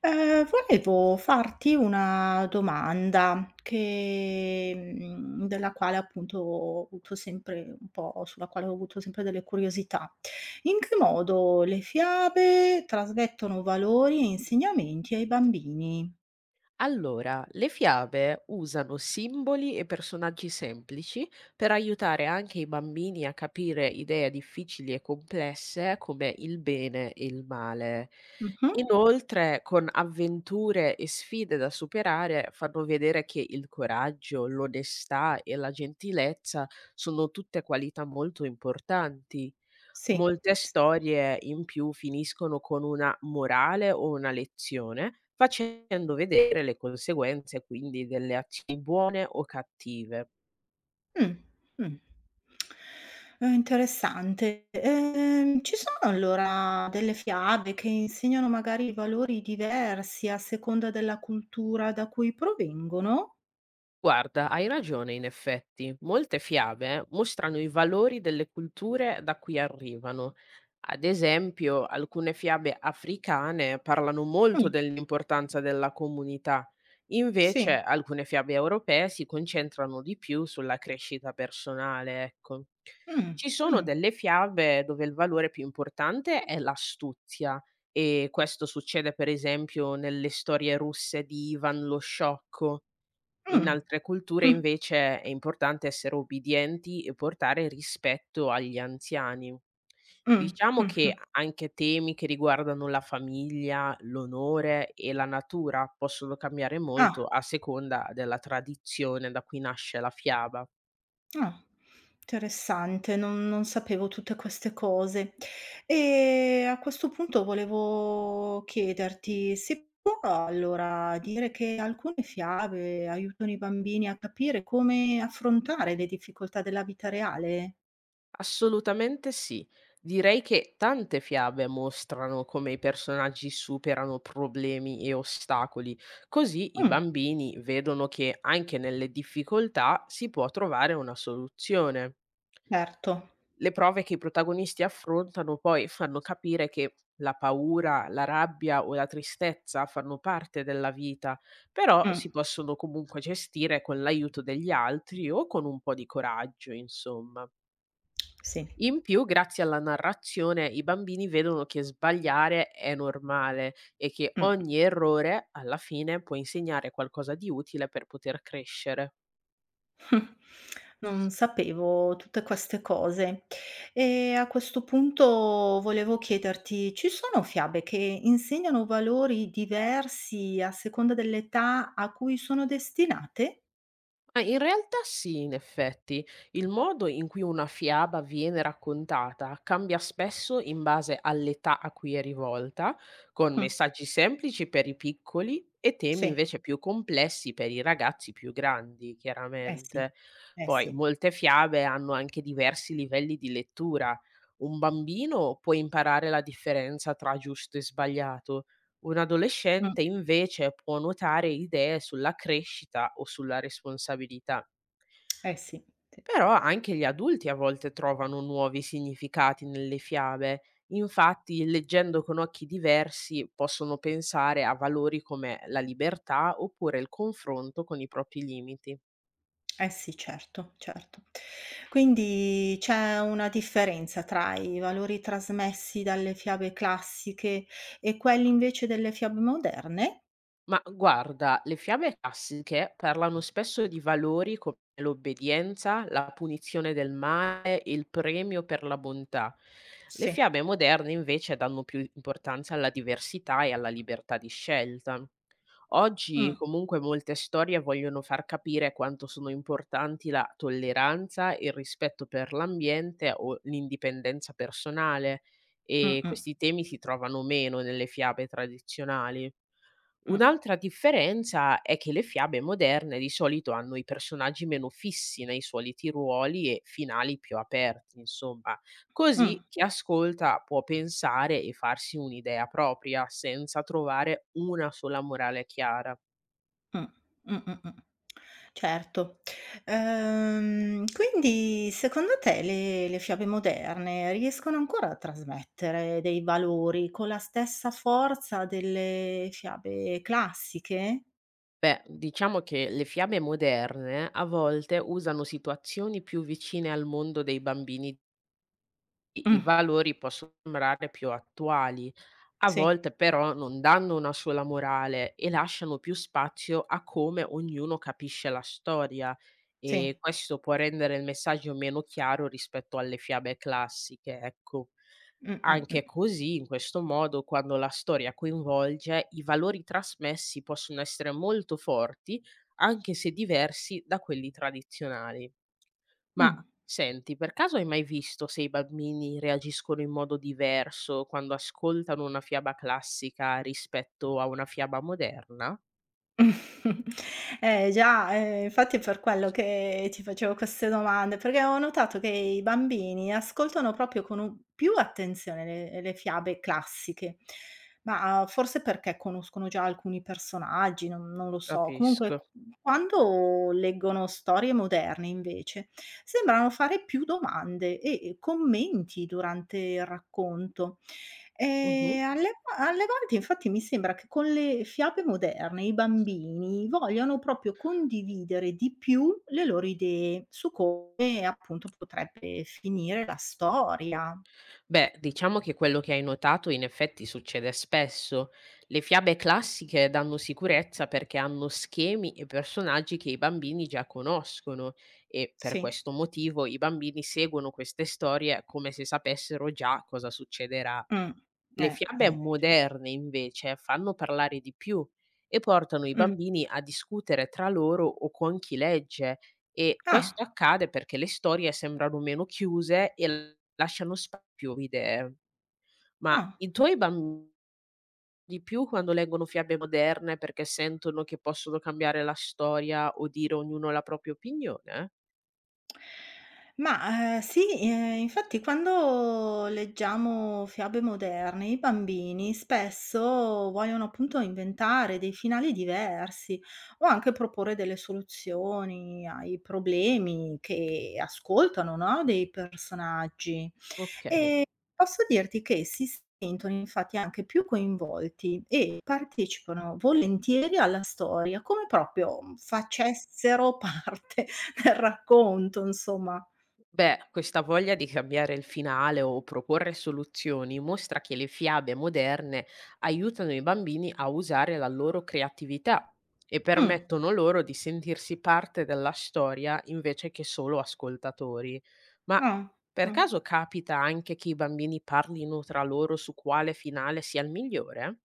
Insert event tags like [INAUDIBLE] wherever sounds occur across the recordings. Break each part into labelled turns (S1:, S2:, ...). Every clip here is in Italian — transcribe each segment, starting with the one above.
S1: Volevo farti una domanda che della quale appunto ho avuto sempre un po' sulla quale ho avuto sempre delle curiosità. In che modo le fiabe trasmettono valori e insegnamenti ai bambini?
S2: Allora, le fiabe usano simboli e personaggi semplici per aiutare anche i bambini a capire idee difficili e complesse come il bene e il male.
S1: Mh-mh.
S2: Inoltre, con avventure e sfide da superare, fanno vedere che il coraggio, l'onestà e la gentilezza sono tutte qualità molto importanti.
S1: Sì.
S2: Molte storie in più finiscono con una morale o una lezione, facendo vedere le conseguenze quindi delle azioni buone o cattive.
S1: Mh, mh. È interessante. Ci sono allora delle fiabe che insegnano magari valori diversi a seconda della cultura da cui provengono?
S2: Guarda, hai ragione in effetti. Molte fiabe mostrano i valori delle culture da cui arrivano. Ad esempio, alcune fiabe africane parlano molto
S1: Mh,
S2: dell'importanza della comunità, invece
S1: sì.
S2: alcune fiabe europee si concentrano di più sulla crescita personale, ecco.
S1: Mh,
S2: Ci
S1: mh,
S2: sono delle fiabe dove il valore più importante è l'astuzia, e questo succede per esempio nelle storie russe di Ivan lo Sciocco. In
S1: mh,
S2: altre culture
S1: mh,
S2: invece è importante essere ubbidienti e portare rispetto agli anziani.
S1: mh, mh,
S2: Diciamo
S1: mh,
S2: che
S1: mh.
S2: a anche temi che riguardano la famiglia, l'onore e la natura possono cambiare
S1: Ah.
S2: molto a seconda della tradizione da cui nasce la fiaba.
S1: Ah, interessante, non sapevo tutte queste cose. E a questo punto volevo chiederti, si può allora dire che alcune fiabe aiutano i bambini a capire come affrontare le difficoltà della vita reale?
S2: Assolutamente sì. Direi che tante fiabe mostrano come i personaggi superano problemi e ostacoli, così i
S1: Mh,
S2: bambini vedono che anche nelle difficoltà si può trovare una soluzione.
S1: certo.
S2: Le prove che i protagonisti affrontano poi fanno capire che la paura, la rabbia o la tristezza fanno parte della vita, però
S1: Mh,
S2: si possono comunque gestire con l'aiuto degli altri o con un po' di coraggio, insomma.
S1: sì.
S2: In più, grazie alla narrazione, i bambini vedono che sbagliare è normale e che
S1: Mh.
S2: ogni errore alla fine può insegnare qualcosa di utile per poter crescere.
S1: Non sapevo tutte queste cose. E a questo punto volevo chiederti, ci sono fiabe che insegnano valori diversi a seconda dell'età a cui sono destinate?
S2: Ma in realtà sì, in effetti, il modo in cui una fiaba viene raccontata cambia spesso in base all'età a cui è rivolta, con
S1: Mh,
S2: messaggi semplici per i piccoli e temi
S1: sì,
S2: invece più complessi per i ragazzi più grandi,
S1: eh sì,
S2: chiaramente.
S1: eh
S2: Poi
S1: sì,
S2: molte fiabe hanno anche diversi livelli di lettura. Un bambino può imparare la differenza tra giusto e sbagliato, un
S1: mh,
S2: adolescente invece può nuotare idee sulla crescita o sulla responsabilità.
S1: eh sì, sì,
S2: Però anche gli adulti a volte trovano nuovi significati nelle fiabe. Infatti, leggendo con occhi diversi, possono pensare a valori come la libertà oppure il confronto con i propri limiti.
S1: eh sì, certo, certo. Quindi c'è una differenza tra i valori trasmessi dalle fiabe classiche e quelli invece delle fiabe moderne?
S2: Ma guarda, le fiabe classiche parlano spesso di valori come l'obbedienza, la punizione del male, il premio per la bontà. Le
S1: Sì,
S2: fiabe moderne invece danno più importanza alla diversità e alla libertà di scelta. Oggi
S1: mh.
S2: comunque molte storie vogliono far capire quanto sono importanti la tolleranza, il rispetto per l'ambiente o l'indipendenza personale,
S1: Mh,
S2: e
S1: mh,
S2: questi temi si trovano meno nelle fiabe tradizionali.
S1: mh,
S2: Un'altra differenza è che le fiabe moderne di solito hanno i personaggi meno fissi nei soliti ruoli e finali più aperti, insomma.
S1: mh,
S2: Così chi ascolta può pensare e farsi un'idea propria senza trovare una sola morale chiara.
S1: mh, mh, mh, mh. Certo. Quindi secondo te le fiabe moderne riescono ancora a trasmettere dei valori con la stessa forza delle fiabe classiche?
S2: Beh, diciamo che le fiabe moderne a volte usano situazioni più vicine al mondo dei bambini. I
S1: Mh,
S2: valori possono sembrare più attuali, a
S1: sì,
S2: volte però non danno una sola morale e lasciano più spazio a come ognuno capisce la storia, e
S1: sì.
S2: questo può rendere il messaggio meno chiaro rispetto alle fiabe classiche, ecco.
S1: Mh, mh, mh,
S2: Anche così, in questo modo, quando la storia coinvolge, i valori trasmessi possono essere molto forti, anche se diversi da quelli tradizionali. Ma
S1: mh.
S2: senti, per caso hai mai visto se i bambini reagiscono in modo diverso quando ascoltano una fiaba classica rispetto a una fiaba moderna?
S1: [LAUGHS] Eh già, infatti è per quello che ti facevo queste domande, perché ho notato che i bambini ascoltano proprio con un più attenzione le fiabe classiche, ma forse perché conoscono già alcuni personaggi, non lo so. Comunque q
S2: Capisco.
S1: quando leggono storie moderne invece, sembrano fare più domande e commenti durante il racconto.
S2: Mhm.
S1: Alle a Levante infatti mi sembra che con le fiabe moderne i bambini vogliano proprio condividere di più le loro idee su come appunto potrebbe finire la storia.
S2: Beh, diciamo che quello che hai notato in effetti succede spesso. Le fiabe classiche danno sicurezza perché hanno schemi e personaggi che i bambini già conoscono, e per
S1: Sì.
S2: questo motivo i bambini seguono queste storie come se sapessero già cosa succederà.
S1: Mh.
S2: Le fiabe
S1: Cioè
S2: moderne invece fanno parlare di più e portano i
S1: mh.
S2: bambini a discutere tra loro o con chi legge, e
S1: Ah,
S2: questo accade perché le storie sembrano meno chiuse e lasciano spazio a più idee. Ma
S1: ah.
S2: i tuoi bambini di più quando leggono fiabe moderne perché sentono che possono cambiare la storia o dire ognuno la propria opinione?
S1: Ma, sì, infatti quando leggiamo fiabe moderne, i bambini spesso vogliono appunto inventare dei finali diversi o anche proporre delle soluzioni ai problemi che ascoltano, no, dei personaggi.
S2: Ok.
S1: E posso dirti che si sentono infatti anche più coinvolti e partecipano volentieri alla storia, come proprio facessero [LAUGHS] parte [LAUGHS] Racconto insomma.
S2: Beh, questa voglia di cambiare il finale o proporre soluzioni mostra che le fiabe moderne aiutano i bambini a usare la loro creatività e
S1: Mh,
S2: permettono loro di sentirsi parte della storia invece che solo ascoltatori. Ma
S1: ah,
S2: per
S1: mh.
S2: caso capita anche che i bambini parlino tra loro su quale finale sia il migliore?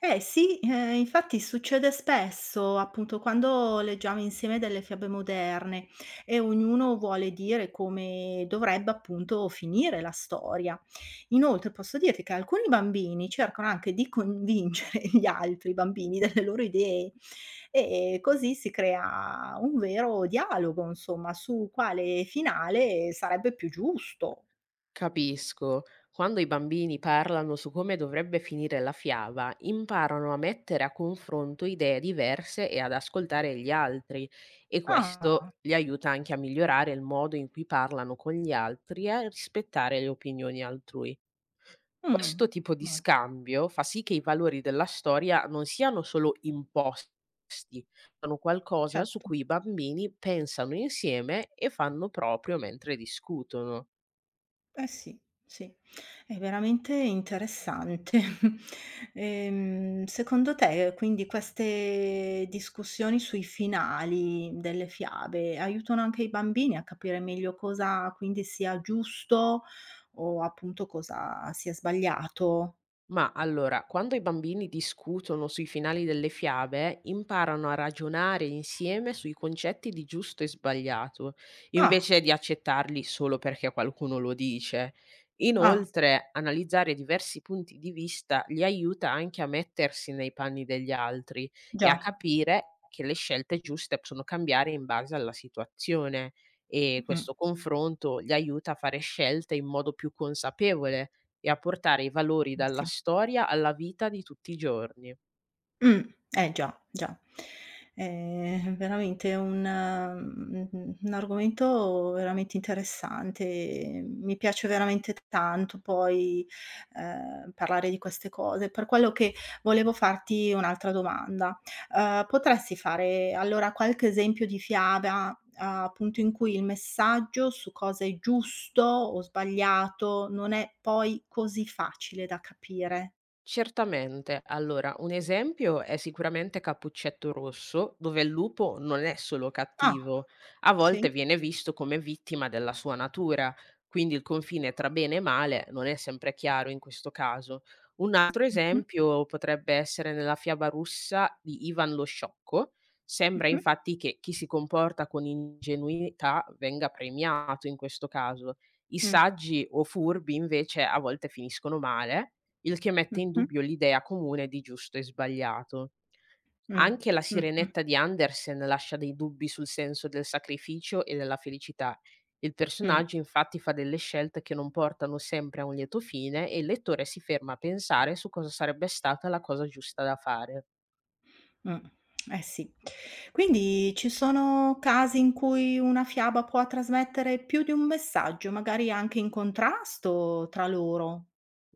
S1: Eh sì, infatti succede spesso, appunto, quando leggiamo insieme delle fiabe moderne e ognuno vuole dire come dovrebbe, appunto, finire la storia. Inoltre posso dirti che alcuni bambini cercano anche di convincere [LAUGHS] gli altri bambini delle loro idee e così si crea un vero dialogo, insomma, su quale finale sarebbe più giusto.
S2: Capisco. Quando i bambini parlano su come dovrebbe finire la fiaba, imparano a mettere a confronto idee diverse e ad ascoltare gli altri, e
S1: Ah.
S2: questo li aiuta anche a migliorare il modo in cui parlano con gli altri e a rispettare le opinioni altrui.
S1: Mh.
S2: Questo tipo di
S1: Vabbè,
S2: scambio fa sì che i valori della storia non siano solo imposti, sono qualcosa su
S1: certo.
S2: cui i bambini pensano insieme e fanno proprio mentre discutono.
S1: Eh sì, sì. È veramente interessante. [LAUGHS] Secondo te quindi queste discussioni sui finali delle fiabe aiutano anche i bambini a capire meglio cosa quindi sia giusto o appunto cosa sia sbagliato?
S2: Ma allora, quando i bambini discutono sui finali delle fiabe, imparano a ragionare insieme sui concetti di giusto e sbagliato,
S1: Ah,
S2: invece di accettarli solo perché qualcuno lo dice.
S1: ah,
S2: Inoltre, analizzare diversi punti di vista li aiuta anche a mettersi nei panni degli altri e a
S1: già.
S2: capire che le scelte giuste possono cambiare in base alla situazione. E
S1: Mh,
S2: questo confronto gli aiuta a fare scelte in modo più consapevole e a portare i valori dalla
S1: sì.
S2: storia alla vita di tutti i giorni.
S1: Mh, eh già, già. È veramente un argomento veramente interessante. Mi piace veramente tanto poi, parlare di queste cose, per quello che volevo farti un'altra domanda. Potresti fare allora qualche esempio di fiaba, appunto, in cui il messaggio su cosa è giusto o sbagliato non è poi così facile da capire?
S2: Certamente. Allora, un esempio è sicuramente Cappuccetto Rosso, dove il lupo non è solo
S1: Ah,
S2: cattivo, a
S1: sì.
S2: volte viene visto come vittima della sua natura, quindi il confine tra bene e male non è sempre chiaro in questo caso. Un altro
S1: Mh-mh,
S2: esempio potrebbe essere nella fiaba russa di Ivan lo Sciocco. Sembra
S1: mh-mh.
S2: infatti che chi si comporta con ingenuità venga premiato in questo caso. I
S1: Mh.
S2: saggi o furbi invece a volte finiscono male, il che mette in
S1: Mh-mh.
S2: dubbio l'idea comune di giusto e sbagliato.
S1: Mh.
S2: Anche La
S1: Mh-mh.
S2: sirenetta di Andersen lascia dei dubbi sul senso del sacrificio e della felicità. Il
S1: Mh.
S2: personaggio infatti fa delle scelte che non portano sempre a un lieto fine, e il lettore si ferma a pensare su cosa sarebbe stata la cosa giusta da fare.
S1: Mh. Eh sì. Quindi ci sono casi in cui una fiaba può trasmettere più di un messaggio, magari anche in contrasto tra loro.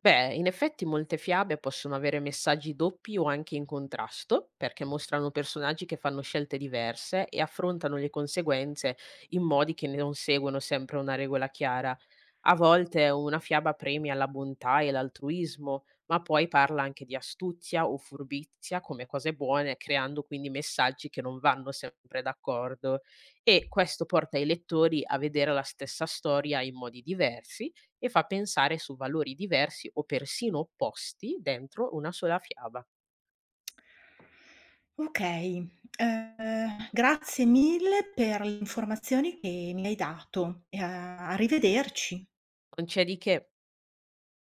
S2: Beh, in effetti molte fiabe possono avere messaggi doppi o anche in contrasto, perché mostrano personaggi che fanno scelte diverse e affrontano le conseguenze in modi che non seguono sempre una regola chiara. A volte una fiaba premia la bontà e l'altruismo, ma poi parla anche di astuzia o furbizia come cose buone, creando quindi messaggi che non vanno sempre d'accordo. E questo porta i lettori a vedere la stessa storia in modi diversi e fa pensare su valori diversi o persino opposti dentro una sola fiaba.
S1: Okay, grazie mille per le informazioni che mi hai dato e a arrivederci.
S2: Non c'è di che.